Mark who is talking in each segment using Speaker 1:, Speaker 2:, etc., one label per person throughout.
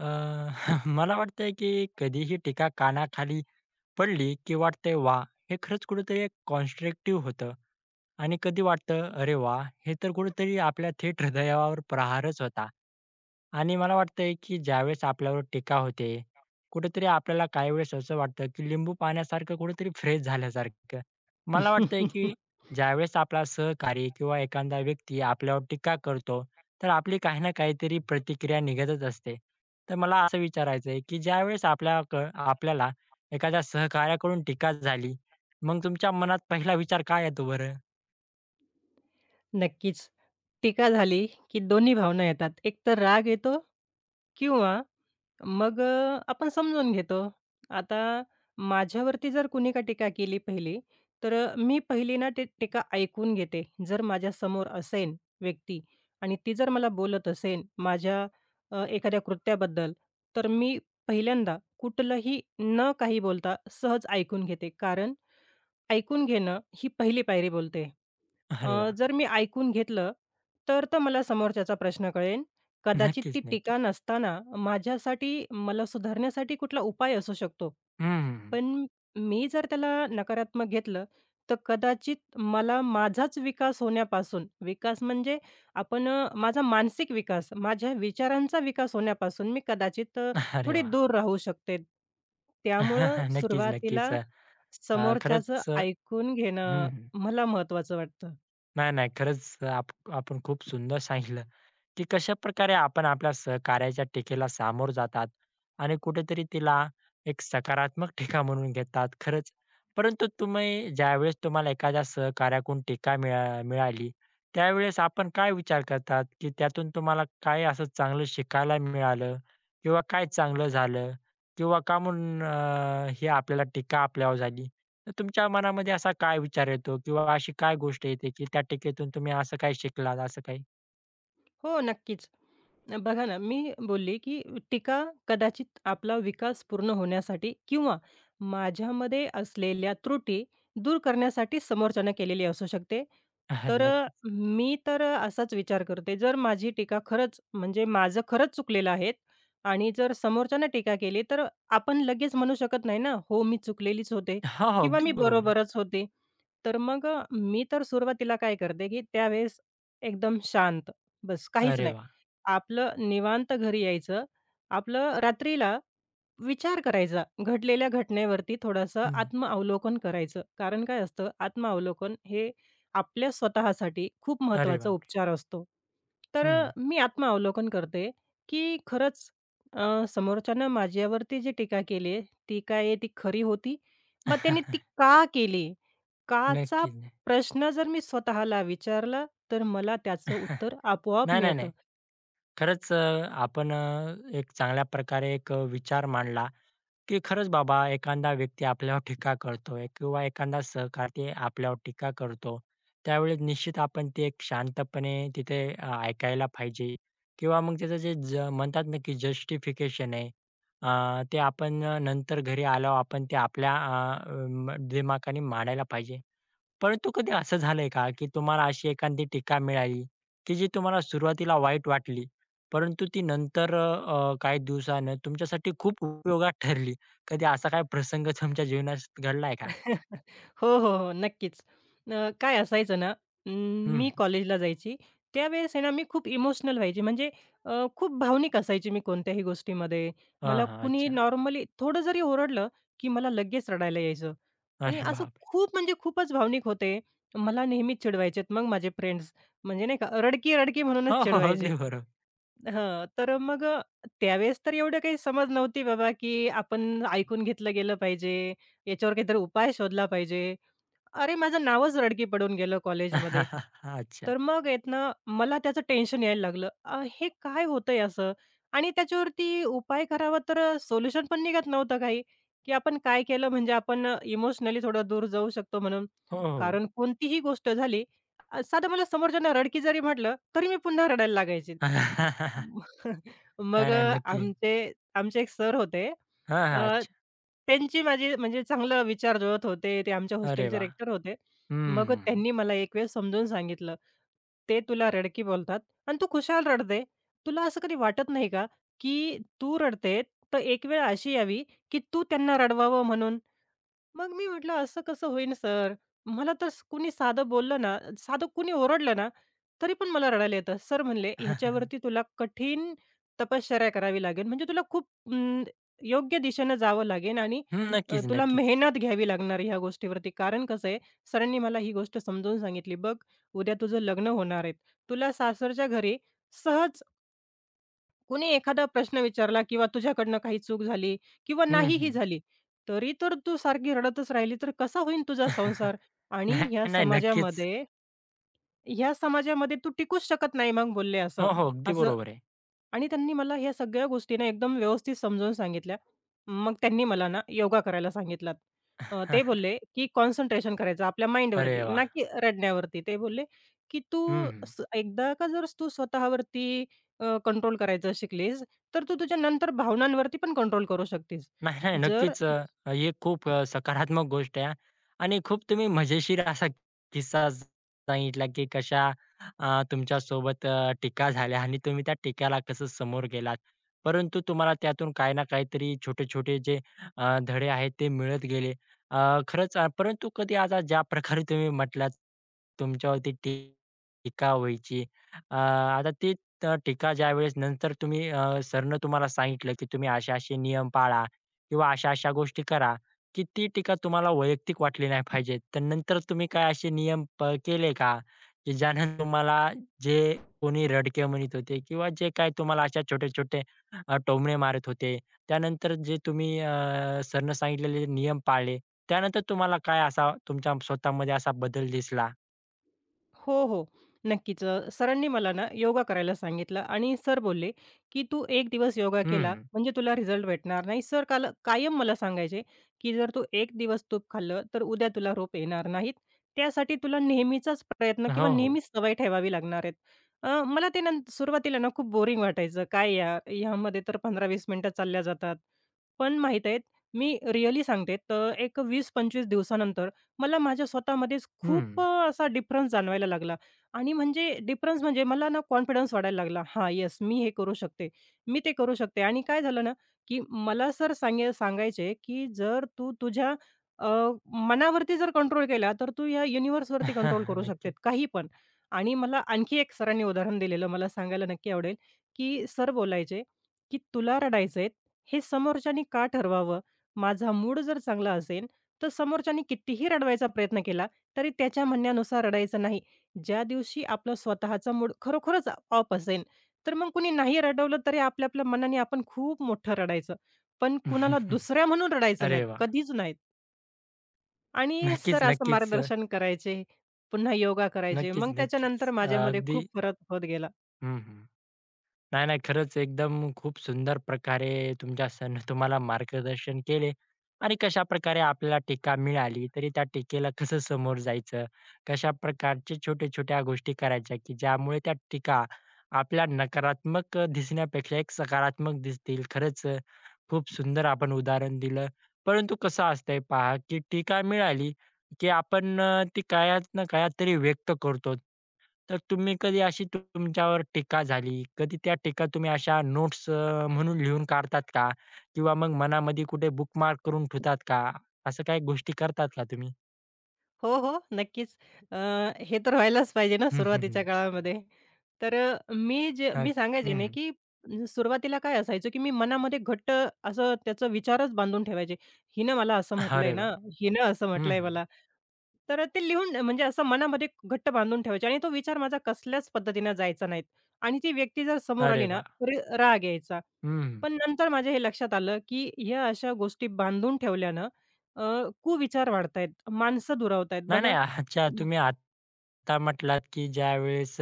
Speaker 1: अ, मला वाटतंय की कधीही टीका कानाखाली पडली की वाटतंय वा हे खरंच कुठेतरी एक कॉन्स्ट्रक्टिव्ह होतं. आणि कधी वाटतं, "अरे वाह! हे तर कुठेतरी आपल्या थेट हृदयावर प्रहारच होता." आणि मला वाटतंय, की ज्यावेळेस आपल्यावर टीका होते, कुठेतरी आपल्याला काही वेळेस असं वाटतं, की लिंबू पाण्यासारखं कुठेतरी फ्रेश झाल्यासारखं. मला वाटतंय, की ज्यावेळेस आपला सहकारी किंवा एखादा व्यक्ती आपल्यावर टीका करतो, तर आपली काही ना काहीतरी प्रतिक्रिया निघतच असते. तर मला असं विचारायचं आहे, की ज्यावेळेस आपल्याला एखाद्या सहकाऱ्याकडून टीका झाली, मग तुमच्या मनात पहिला विचार काय येतो बरं?
Speaker 2: नक्कीच. टीका झाली, की दोन्ही भावना येतात. एक तर राग येतो किंवा मग आपण समजून घेतो. आता माझ्यावरती जर कुणी का टीका केली पहिली, तर मी पहिली ना ती टीका ऐकून घेते. जर माझ्या समोर असेन व्यक्ती आणि ती जर मला बोलत असेन माझ्या एखाद्या कृत्याबद्दल, तर मी पहिल्यांदा कुठलंही न काही बोलता सहज ऐकून घेते. कारण ऐकून घेणं ही पहिली पायरी बोलते.
Speaker 1: अरे वाह!
Speaker 2: जर मी ऐकून घेतलं, तर तर मला समोरच्याचा प्रश्न कळेन. कदाचित
Speaker 1: नक्कीच,
Speaker 2: ती
Speaker 1: नक्कीच.
Speaker 2: टीका नसताना माझ्यासाठी मला सुधारण्यासाठी कुठला उपाय असू शकतो.
Speaker 1: हं.
Speaker 2: पण मी जर त्याला नकारात्मक घेतलं, तर कदाचित मला माझाच विकास होण्यापासून विकास म्हणजे आपण माझा मानसिक विकास, माझ्या विचारांचा विकास होण्यापासून मी कदाचित
Speaker 1: अरे
Speaker 2: थोडी
Speaker 1: वाह!
Speaker 2: दूर राहू शकते. त्यामुळं
Speaker 1: नक्कीच,
Speaker 2: सुरुवातीला
Speaker 1: नक्कीच.
Speaker 2: समोरच्याचं
Speaker 1: खरंच हं.
Speaker 2: ऐकून घेणं मला महत्त्वाचं वाटतं.
Speaker 1: नाही, नाही. खरंच आपण खूप सुंदर सांगितलं, की कशाप्रकारे आपण आपल्या सहकार्याच्या टीकेला सामोर जातात आणि कुठेतरी तिला एक सकारात्मक टीका म्हणून घेतात. खरंच. परंतु तुम्ही ज्यावेळेस तुम्हाला एखाद्या सहकाऱ्याकडून टीका मिळाली, त्यावेळेस आपण काय विचार करतात, की त्यातून तुम्हाला काय असं चांगलं शिकायला मिळालं किंवा काय चांगलं झालं किंवा का म्हणून ही आपल्याला टीका आपल्यावर झाली? तर तुमच्या मनामध्ये असा काय विचार येतो किंवा अशी काय गोष्ट येते, की त्या टीकेतून तुम्ही असं काय शिकलात, असं काही?
Speaker 2: हो, नक्कीच. बघा ना, मी बोलली की टीका कदाचित आपला विकास पूर्ण होण्यासाठी किंवा माझ्यामध्ये असलेल्या त्रुटी दूर करण्यासाठी समोरच्यानं केलेली असू शकते. तर
Speaker 1: नक्कीच.
Speaker 2: मी तर असाच विचार करते, जर माझी टीका खरंच म्हणजे माझं खरंच चुकलेलं आहे आणि जर समोरच्यानं टीका केली, तर आपण लगेच म्हणू शकत नाही ना, "हो, मी चुकलेलीच होते"
Speaker 1: हो, हो.
Speaker 2: किंवा
Speaker 1: अगदी
Speaker 2: "मी
Speaker 1: बरोबर आहे.
Speaker 2: बरोबरच होते." तर मग मी तर सुरुवातीला काय करते, की त्यावेळेस एकदम शांत, बस काहीच
Speaker 1: अरे
Speaker 2: नाही.
Speaker 1: वाह!
Speaker 2: आपलं निवांत घरी यायचं. आपलं रात्रीला विचार करायचा, घडलेल्या घटनेवरती थोडंसं
Speaker 1: हं.
Speaker 2: आत्मअवलोकन करायचं. कारण काय असतं, आत्मअवलोकन हे आपल्या स्वतःसाठी खूप
Speaker 1: अरे
Speaker 2: महत्त्वाचा
Speaker 1: बापरे!
Speaker 2: उपचार असतो. तर
Speaker 1: हं.
Speaker 2: मी आत्मअवलोकन करते, की खरंच समोरच्यानं माझ्यावरती जी टीका केली आहे, ती काय आहे, ती खरी होती? मग त्याने ती का केली? काचा
Speaker 1: नक्कीच.
Speaker 2: प्रश्न जर मी स्वतःला विचारला, तर मला त्याचं उत्तर आपोआप
Speaker 1: नाही, नाही,
Speaker 2: मिळतं.
Speaker 1: नाही. खरंच आपण एक चांगल्या प्रकारे एक विचार मांडला, की खरंच बाबा एखादा व्यक्ती आपल्यावर टीका करतोय किंवा एखादा सहकारी आपल्यावर टीका करतो, त्यावेळेस निश्चित आपण ते एक शांतपणे तिथे ऐकायला पाहिजे किंवा मग त्याचं जे म्हणतात ना, की जस्टिफिकेशन आहे. ते आपण नंतर घरी आल्यावर आपण ते आपल्या अ, अ, दिमाखाने मांडायला पाहिजे. परंतु कधी असं झालंय का, की तुम्हाला अशी एखादी टीका मिळाली, की जी तुम्हाला सुरुवातीला वाईट वाटली, परंतु ती नंतर काही दिवसानं तुमच्यासाठी खूप उपयोगात ठरली? कधी असा काही प्रसंग तुमच्या जीवनात घडलाय का?
Speaker 2: हो, हो, हो. नक्कीच. काय असायचं ना, मी
Speaker 1: हं.
Speaker 2: कॉलेजला जायची. त्यावेळेस आहे ना, मी खूप इमोशनल व्हायची. म्हणजे खूप भावनिक असायची मी कोणत्याही गोष्टीमध्ये.
Speaker 1: हां,
Speaker 2: मला
Speaker 1: हां.
Speaker 2: कुणीही
Speaker 1: अच्छा.
Speaker 2: नॉर्मली थोडं जरी ओरडलं, की मला लगेच रडायला यायचं. आणि
Speaker 1: अरे
Speaker 2: असं
Speaker 1: बापरे!
Speaker 2: खूप म्हणजे खूपच भावनिक होते. मला नेहमीच चिडवायचेत मग माझे फ्रेंड्स. म्हणजे नाही का, रडकी-रडकी
Speaker 1: हो,
Speaker 2: म्हणूनच
Speaker 1: हो, हो.
Speaker 2: चिडवायचेत.
Speaker 1: अगदी बरोबर.
Speaker 2: हां, तर मग त्यावेळेस तर एवढं काही समज नव्हती बाबा, की आपण ऐकून घेतलं गेलं पाहिजे याच्यावर काहीतरी उपाय शोधला पाहिजे. अरे, माझं नावच रडकी पडून गेलं कॉलेजमध्ये.
Speaker 1: अच्छा.
Speaker 2: तर मग आहेत मला त्याचं टेन्शन यायला लागलं. हे काय होतंय असं? आणि त्याच्यावरती उपाय करावा तर सोल्युशन पण निघत नव्हतं काही, की आपण काय केलं म्हणजे आपण इमोशनली थोडं दूर जाऊ शकतो म्हणून.
Speaker 1: हो, हो.
Speaker 2: कारण कोणतीही गोष्ट झाली, साधं मला समोरच्यानं रडकी जरी म्हटलं, तरी मी पुन्हा रडायला लागायची. मग
Speaker 1: नाही, नाही. नक्की.
Speaker 2: आमचे आमचे एक सर होते.
Speaker 1: हां, हां.
Speaker 2: अ
Speaker 1: अच्छा.
Speaker 2: त्यांची माझी म्हणजे चांगलं विचार जुळत होते. ते आमच्या
Speaker 1: अरे
Speaker 2: हॉस्टेलचे
Speaker 1: वाह!
Speaker 2: रेक्टर होते.
Speaker 1: हं,
Speaker 2: मग
Speaker 1: हं.
Speaker 2: त्यांनी मला एक वेळेस समजून सांगितलं, "ते तुला रडकी बोलतात आणि तू खुशाल रडते. तुला असं कधी वाटत नाही का, की तू रडते, तर एक वेळ अशी यावी, की तू त्यांना रडवावं म्हणून?" मग मी म्हटलं, "असं कसं होईन सर?" मला तर कुणी साधं बोललं ना, साधं कुणी ओरडलं ना, तरी पण मला रडायला येतं. सर म्हणले,
Speaker 1: हं.
Speaker 2: "ह्याच्यावरती तुला कठीण तपश्चर्या करावी लागेल. म्हणजे तुला खूप अं, योग्य दिशेनं जावं लागेल आणि
Speaker 1: नक्कीच,
Speaker 2: तुला
Speaker 1: नक्कीच.
Speaker 2: मेहनत घ्यावी लागणार ह्या गोष्टीवरती." कारण कसं आहे, सरांनी मला ही गोष्ट समजावून सांगितली, "बघ, उद्या तुझं लग्न होणार आहे. तुला सासरच्या घरी सहज कोणी एखादा प्रश्न विचारला किंवा तुझ्याकडनं काही चूक झाली किंवा
Speaker 1: हं,
Speaker 2: नाहीही
Speaker 1: हं.
Speaker 2: झाली, तरी तर तू सारखी रडतच राहिली तर कसा होईन तुझा संसार? आणि
Speaker 1: नाही,
Speaker 2: ह्या
Speaker 1: नाही. नक्कीच.
Speaker 2: समाजामध्ये ह्या समाजामध्ये तू टिकूच शकत नाही मग बोलले असं.
Speaker 1: हो, हो. अगदी
Speaker 2: असं
Speaker 1: बरोबर आहे.
Speaker 2: आणि त्यांनी मला ह्या सगळ्या गोष्टी ना एकदम व्यवस्थित समजावून सांगितल्या. मग त्यांनी मला ना योगा करायला सांगितला. ते बोलले, की "कॉन्सन्ट्रेशन करायचं आपल्या
Speaker 1: अरे
Speaker 2: माइंडवरती,
Speaker 1: वा.
Speaker 2: ना की रडण्यावरती." ते बोलले, "की तू
Speaker 1: हं.
Speaker 2: एकदा का जर तू स्वतःवरती कंट्रोल करायचं शिकलीस, तर तू तुझ्या नंतर भावनांवरती पण कंट्रोल करू शकतेस.
Speaker 1: नाही, नाही.
Speaker 2: जर"
Speaker 1: नक्कीच. ही खूप सकारात्मक गोष्ट आहे हां. आणि खूप तुम्ही मजेशीर असा किस्सा सांगितला, की कशा तुमच्यासोबत टीका झाल्या आणि तुम्ही त्या टीकाला कसं समोर गेलात. परंतु तुम्हाला त्यातून काही ना काहीतरी छोटे-छोटे जे धडे आहेत ते मिळत गेले. खरंच परंतु कधी आता ज्या प्रकारे तुम्ही म्हटलात, तुमच्यावरती टीका व्हायची. आता ती टीका ज्यावेळेस नंतर तुम्ही सरनं तुम्हाला सांगितलं, की तुम्ही असे-असे नियम पाळा किंवा अशा-अशा गोष्टी करा, की ती टीका तुम्हाला वैयक्तिक वाटली नाही पाहिजे. तर नंतर तुम्ही काय असे नियम केले का? की ज्याने तुम्हाला जे कोणी रडके म्हणत होते किंवा जे काही तुम्हाला अशा छोटे-छोटे टोमणे मारत होते, त्यानंतर जे तुम्ही सरनं सांगितलेले नियम पाळले, त्यानंतर तुम्हाला काय असा तुमच्या स्वतःमध्ये असा बदल दिसला?
Speaker 2: हो, हो. नक्कीच. सरांनी मला ना योगा करायला सांगितलं आणि सर बोलले, की "तू एक दिवस योगा केला
Speaker 1: हं.
Speaker 2: म्हणजे तुला रिझल्ट भेटणार नाही." सर काल कायम मला सांगायचे, की "जर तू एक दिवस तूप खाल्लं, तर उद्या तुला रोप येणार नाहीत. त्यासाठी तुला नेहमीचाच प्रयत्न किंवा
Speaker 1: हो, हो.
Speaker 2: नेहमीच सवय ठेवावी लागणार आहेत." मला ते नंतर सुरुवातीला ना खूप बोरिंग वाटायचं. काय यार, ह्यामध्ये तर 15-20 मिनिटं चालल्या जातात. पण माहीत आहेत, मी रिअली सांगते, तर एक 20-25 दिवसानंतर मला माझ्या स्वतःमध्येच खूप
Speaker 1: हं.
Speaker 2: असा डिफरन्स जाणवायला लागला आणि म्हणजे डिफरन्स म्हणजे मला ना कॉन्फिडन्स वाढायला लागला. हां, येस मी हे करू शकते. मी ते करू शकते आणि काय झालं ना, की मला सर सांगायचे, की "जर तू तुझ्या अ, मनावरती जर कंट्रोल केला, तर तू या युनिव्हर्सवरती कंट्रोल करू शकते
Speaker 1: नक्कीच.
Speaker 2: काही पण." आणि मला आणखी एक सरांनी उदाहरण दिलेलं मला सांगायला नक्की आवडेल, की सर बोलायचे, की "तुला रडायचंय, हे समोरच्यानी का ठरवावं? माझा मूड जर चांगला असेल तर समोरच्याने कितीही रडवायचा प्रयत्न केला, तरी त्याच्या म्हणण्यानुसार रडायचं नाही. ज्या दिवशी आपला स्वतःचा मूड खरोखरच ऑफ असेल, तर मग कुणी नाही रडवलं तरी आपल्या-आपल्या मनाने आपण खूप मोठं रडायचं. पण कुणाला दुसऱ्या म्हणून रडायचं
Speaker 1: अरे
Speaker 2: नाहीत,
Speaker 1: वाह!
Speaker 2: कधीच नाहीत. आणि सर
Speaker 1: नक्कीच,
Speaker 2: असं
Speaker 1: नक्कीच.
Speaker 2: मार्गदर्शन करायचे, पुन्हा योगा करायचे.
Speaker 1: नक्कीच,
Speaker 2: मग
Speaker 1: नक्कीच.
Speaker 2: त्याच्यानंतर माझ्यामध्ये
Speaker 1: अगदी
Speaker 2: खूप फरक होत गेला.
Speaker 1: हं, हं. नाही, नाही. खरंच एकदम खूप सुंदर प्रकारे तुमच्या सण मार्गदर्शन केले आणि कशाप्रकारे आपल्याला टीका मिळाली, तरी त्या टीकेला कसं समोर जायचं, कशा प्रकारचे छोट्या-छोट्या गोष्टी करायच्या, की ज्यामुळे त्या टीका आपल्या नकारात्मक दिसण्यापेक्षा एक सकारात्मक दिसतील. खरंच खूप सुंदर आपण उदाहरण दिलं. परंतु कसं असतंय पहा, की टीका मिळाली, की आपण ती कायच ना कायतरी व्यक्त करतो. तर तुम्ही कधी अशी तुमच्यावर टीका झाली, कधी त्या टीका तुम्ही अशा नोट्स म्हणून लिहून काढतात का? किंवा मग मनामध्ये कुठे बुकमार्क करून ठेवतात का? असं काही गोष्टी करतात का तुम्ही?
Speaker 2: हो, हो. नक्कीच. अ, हे तर व्हायलाच पाहिजे ना
Speaker 1: हं, हं,
Speaker 2: सुरुवातीच्या
Speaker 1: नाही.
Speaker 2: काळामध्ये. तर मी जे
Speaker 1: हां.
Speaker 2: मी सांगायचे ना,
Speaker 1: हं.
Speaker 2: की सुरुवातीला काय असायचं, की मी मनामध्ये घट्ट असं त्याचा विचारच बांधून ठेवायचे. हिनं मला असं म्हटलंय
Speaker 1: अरे वाह!
Speaker 2: ना, हिनं असं
Speaker 1: हं,
Speaker 2: म्हटलंय
Speaker 1: हं.
Speaker 2: मला. तर ते लिहून म्हणजे असं मनामध्ये घट्ट बांधून ठेवायचे आणि तो विचार माझा कसल्याच पद्धतीनं जायचा नाहीत. आणि ती व्यक्ती जर समोर
Speaker 1: अरे
Speaker 2: आली ना,
Speaker 1: वाह!
Speaker 2: तर राग यायचा.
Speaker 1: हं.
Speaker 2: पण नंतर माझ्या हे लक्षात आलं, की ह्या अशा गोष्टी बांधून ठेवल्यानं अ, कुविचार वाढतायत, माणसं दुरावतायत.
Speaker 1: नाही,
Speaker 2: बघा
Speaker 1: नाही. अच्छा तुम्ही आता म्हटलात, की ज्यावेळेस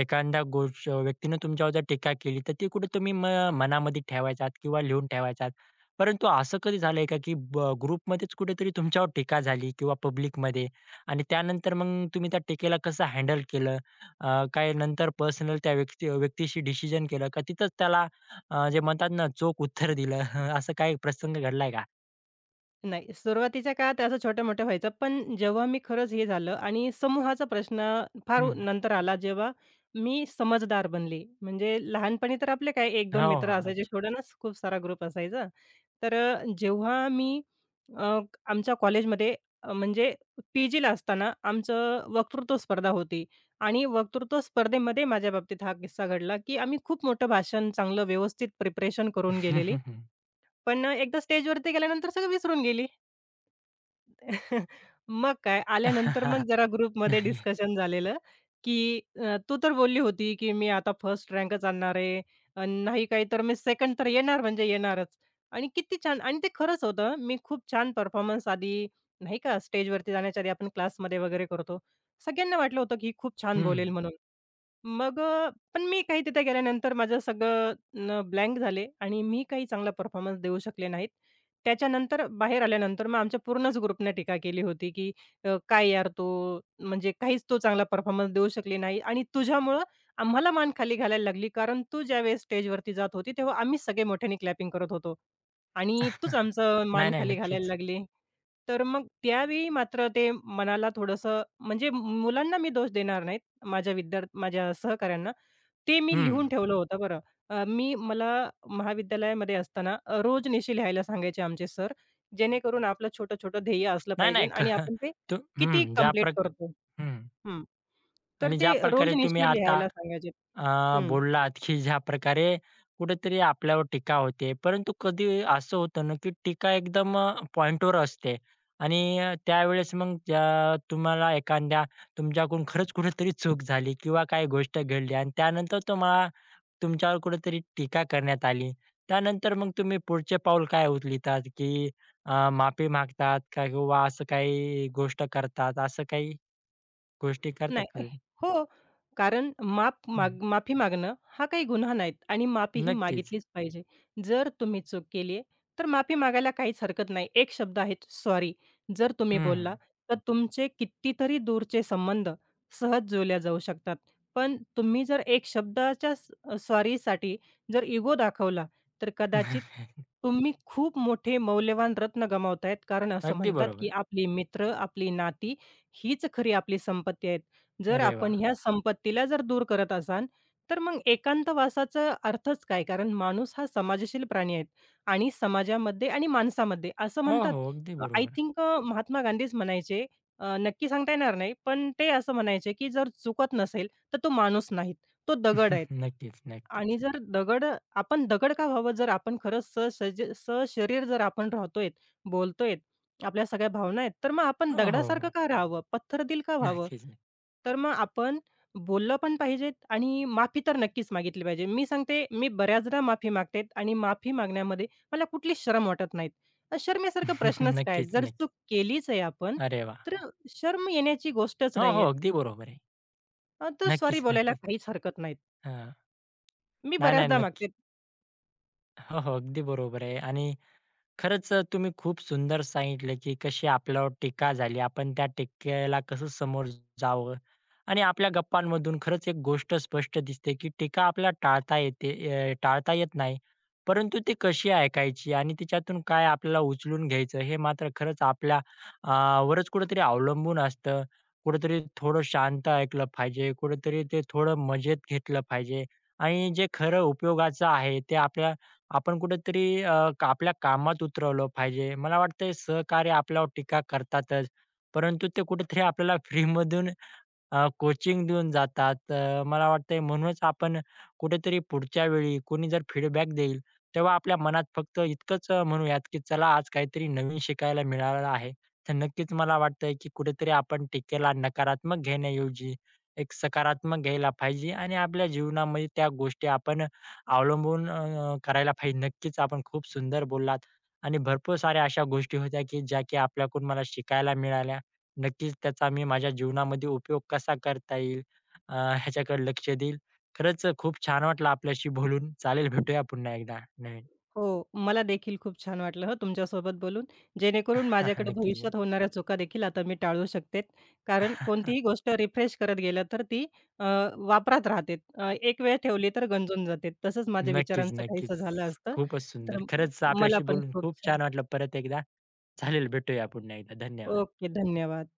Speaker 1: एखाद्या गोष्ट व्यक्तीने तुमच्यावर जर टीका केली, तर ती कुठे तुम्ही मनामध्ये ठेवायचात किंवा लिहून ठेवायचात. परंतु असं कधी झालंय का, की ग्रुपमध्येच कुठेतरी तुमच्यावर टीका झाली किंवा पब्लिकमध्ये आणि त्यानंतर मग तुम्ही त्या टीकेला कसं हँडल केलं? काय नंतर पर्सनल त्या व्यक्तीशी डिसिजन केलं का तिथंच त्याला जे म्हणतात ना, चोख उत्तर दिलं? असं काही प्रसंग घडलाय का?
Speaker 2: नाही, सुरुवातीच्या काळात असं छोटं-मोठं व्हायचं. पण जेव्हा मी खरंच हे झालं आणि समूहाचा प्रश्न फार
Speaker 1: हं.
Speaker 2: नंतर आला, जेव्हा मी समजदार बनली. म्हणजे लहानपणी तर आपले काय एक दोन
Speaker 1: हो,
Speaker 2: मित्र
Speaker 1: हो.
Speaker 2: असायचे,
Speaker 1: अच्छा.
Speaker 2: थोडं ना खूप सारा ग्रुप असायचा. तर जेव्हा मी अ, आमच्या कॉलेजमध्ये म्हणजे पी-जीला असताना आमचं वक्तृत्व स्पर्धा होती आणि वक्तृत्व स्पर्धेमध्ये माझ्या बाबतीत हा किस्सा घडला, की आम्ही खूप मोठं भाषण चांगलं व्यवस्थित प्रिपरेशन करून गेलेली. पण एकदा स्टेजवरती गेल्यानंतर सगळं विसरून गेली. मग काय, आल्यानंतर मग जरा ग्रुपमध्ये
Speaker 1: नाही.
Speaker 2: डिस्कशन झालेलं, की तू तर बोलली होती, की "मी आता फर्स्ट रँकच आणणार आहे. अन् नाही काही तर मी सेकंड तर येणार म्हणजे येणारच." आणि किती छान आणि ते खरंच होतं. मी खूप छान परफॉर्मन्स आधी नाही का स्टेजवरती जाण्याच्या आधी आपण क्लासमध्ये वगैरे करतो. सगळ्यांना वाटलं होतं, की ही खूप छान बोलेल
Speaker 1: हं.
Speaker 2: म्हणून. मग पण मी काही तिथे गेल्यानंतर माझं सगळं न ब्लँक झाले आणि मी काही चांगला परफॉर्मन्स देऊ शकले नाहीत. त्याच्यानंतर बाहेर आल्यानंतर मग आमच्या पूर्णच ग्रुपने टीका केली होती, की "काय यार तो, म्हणजे काहीच तो चांगला परफॉर्मन्स देऊ शकली नाही आणि तुझ्यामुळं आम्हाला मान खाली घालायला लागली. कारण तू ज्यावेळेस स्टेजवरती जात होती, तेव्हा आम्हीच सगळे मोठ्याने क्लॅपिंग करत होतो आणि तूच आमचं
Speaker 1: नाही,
Speaker 2: मान
Speaker 1: नाही.
Speaker 2: खाली घालायला
Speaker 1: नक्कीच.
Speaker 2: लागली." तर मग त्यावेळी मात्र ते मनाला थोडंसं म्हणजे मुलांना मी दोष देणार नाही. माझ्या सहकाऱ्यांना, ते मी
Speaker 1: हं.
Speaker 2: लिहून ठेवलं होतं बरं. अ, मी मला महाविद्यालयामध्ये असताना रोज निशी लिहायला सांगायचे आमचे सर, जेणेकरून आपलं छोटं-छोटं ध्येय असलं
Speaker 1: नाही,
Speaker 2: पाहिजे
Speaker 1: नाही.
Speaker 2: आणि आपण ते
Speaker 1: तू
Speaker 2: किती
Speaker 1: हं. ज्या
Speaker 2: कंप्लीट
Speaker 1: प्रक
Speaker 2: करतो.
Speaker 1: हं.
Speaker 2: हं. तर
Speaker 1: आणि ज्या
Speaker 2: ते
Speaker 1: प्रकारे तुम्ही
Speaker 2: रोजनिशी
Speaker 1: आता
Speaker 2: लिहायला सांगायचे.
Speaker 1: अ,
Speaker 2: हं.
Speaker 1: बोललात की ज्या प्रकारे कुठेतरी आपल्यावर टीका होते. परंतु कधी असं होतं ना, की टीका एकदम पॉइंटवर असते आणि त्यावेळेस मग ज्या तुम्हाला एखाद्या तुमच्याकडून खरंच कुठेतरी चूक झाली किंवा काही गोष्ट घडली आणि त्यानंतर तुम्हाला तुमच्यावर कुठेतरी टीका करण्यात आली. त्यानंतर मग तुम्ही पुढचे पाऊल काय उचलतात, की माफी मागतात का किंवा असं काही गोष्ट करतात, असं काही गोष्टी करतात का
Speaker 2: नाही.
Speaker 1: तुम्ही?
Speaker 2: हो. हो. कारण
Speaker 1: हं.
Speaker 2: माफी मागणं हा काही गुन्हा नाहीत आणि माफी ही
Speaker 1: नक्कीच.
Speaker 2: मागितलीच पाहिजे. जर तुम्ही चूक केली आहे, तर माफी मागायला काहीच हरकत नाही. एक शब्द आहे सॉरी. जर तुम्ही बोलला,
Speaker 1: हं.
Speaker 2: तर तुमचे कितीतरी दूरचे संबंध सहज जुळल्या जाऊ शकतात. पण तुम्ही जर एक शब्दाच्या सॉरीसाठी जर इगो दाखवला, तर कदाचित तुम्ही खूप मोठे मौल्यवान रत्न गमावतायत. कारण असं
Speaker 1: अगदी
Speaker 2: म्हणतात, की
Speaker 1: बरोबर.
Speaker 2: आपली मित्र, आपली नाती हीच खरी आपली संपत्ती आहे. जर
Speaker 1: अरे वाह!
Speaker 2: आपण ह्या संपत्तीला जर दूर करत असाल, तर मग एकांतवासाचा अर्थच काय? कारण माणूस हा समाजशील प्राणी आहे आणि समाजामध्ये आणि माणसामध्ये असं
Speaker 1: हो,
Speaker 2: म्हणतात
Speaker 1: हो. अगदी
Speaker 2: आय
Speaker 1: बरोबर.
Speaker 2: थिंक महात्मा गांधीच म्हणायचे नक्की सांगता येणार नाही, पण ते असं म्हणायचे, की जर चुकत नसेल, तर तो माणूस नाहीत, तो दगड आहे.
Speaker 1: नक्कीच,
Speaker 2: आणि
Speaker 1: नक्कीच.
Speaker 2: जर दगड आपण दगड का व्हावं? जर आपण खरंच सशरीर जर आपण राहतोय, बोलतोय, आपल्या सगळ्या भावना आहेत, तर मग आपण
Speaker 1: हो, हो,
Speaker 2: दगडासारखं
Speaker 1: हो.
Speaker 2: का राहावं? पत्थरदिल का व्हावं?
Speaker 1: नक्कीच, नक्कीच.
Speaker 2: तर मग आपण बोललं पण पाहिजेत आणि माफी तर नक्कीच मागितली पाहिजे. मी सांगते, मी बऱ्याचदा माफी मागते आणि माफी मागण्यामध्ये मला कुठलीच शरम वाटत नाहीत. शरमेसारखा प्रश्नच काय?
Speaker 1: नक्कीच,
Speaker 2: जर
Speaker 1: नक्कीच.
Speaker 2: चूक केलीच आहे आपण,
Speaker 1: अरे वाह!
Speaker 2: तर शर्म येण्याची गोष्टच
Speaker 1: हो, हो.
Speaker 2: नाहीये.
Speaker 1: अगदी बरोबर आहे.
Speaker 2: तर सॉरी
Speaker 1: नक्कीच,
Speaker 2: बोलायला
Speaker 1: नक्कीच.
Speaker 2: काहीच हरकत नाहीत.
Speaker 1: हां.
Speaker 2: मी
Speaker 1: नाही, नाही.
Speaker 2: बऱ्याचदा मागते.
Speaker 1: नक्कीच. हो, हो. अगदी बरोबर आहे आणि खरंच तुम्ही खूप सुंदर सांगितलं, की कशी आपल्यावर टीका झाली. आपण त्या टीकेला कसं समोर जावं आणि आपल्या गप्पांमधून खरंच एक गोष्ट स्पष्ट दिसते, की टीका आपल्याला टाळता येते, टाळता येत नाही. परंतु ती कशी ऐकायची आणि तिच्यातून काय आपल्याला उचलून घ्यायचं हे मात्र खरंच आपल्या अ, वरच कुठेतरी अवलंबून असतं. कुठेतरी थोडं शांत ऐकलं पाहिजे, कुठेतरी ते थोडं मजेत घेतलं पाहिजे आणि जे खरं उपयोगाचं आहे ते आपण कुठेतरी आपल्या कामात उतरवलं पाहिजे. मला वाटतंय सहकार्य आपल्यावर टीका करतातच, परंतु ते कुठेतरी आपल्याला फ्रीमधून कोचिंग देऊन जातात. तर मला वाटतंय म्हणूनच आपण कुठेतरी पुढच्या वेळी कोणी जर फीडबॅक देईल, तेव्हा आपल्या मनात फक्त इतकंच म्हणूयात की चला आज काहीतरी नवीन शिकायला मिळालं आहे. तर नक्कीच मला वाटतंय की कुठेतरी आपण टीकेला नकारात्मक घेण्याऐवजी एक सकारात्मक घ्यायला पाहिजे आणि आपल्या जीवनामध्ये त्या गोष्टी आपण अवलंबून करायला पाहिजे. नक्कीच आपण खूप सुंदर बोललात आणि भरपूर साऱ्या अशा गोष्टी होत्या की ज्या की आपल्याकडून मला शिकायला मिळाल्या. नक्कीच त्याचा मी माझ्या जीवनामध्ये उपयोग कसा करता येईल ह्याच्याकडे लक्ष देईल. खरंच खूप छान वाटलं आपल्याशी बोलून. चालेल भेटूया पुन्हा एकदा नवीन.
Speaker 2: हो, मला देखील खूप छान वाटलं हं, तुमच्यासोबत बोलून. जेणेकरून माझ्याकडे
Speaker 1: नक्कीच,
Speaker 2: भविष्यात होणाऱ्या चुका देखील आता मी टाळू शकते. कारण कोणतीही गोष्ट रिफ्रेश करत गेलं तर ती अ, वापरात राहते. एक वेळ ठेवली तर गंजून जाते. तसंच माझ्या
Speaker 1: नक्कीच,
Speaker 2: विचारांचं काहीसं
Speaker 1: नक्कीच.
Speaker 2: झालं असतं.
Speaker 1: खूपच
Speaker 2: तर
Speaker 1: सुंदर. खरंच
Speaker 2: मला
Speaker 1: आपल्याशी
Speaker 2: पण
Speaker 1: बोलून
Speaker 2: खूप
Speaker 1: खूप
Speaker 2: छान
Speaker 1: छान वाटलं परत एकदा. चालेल भेटूया पुन्हा एकदा. धन्यवाद.
Speaker 2: ओके, धन्यवाद.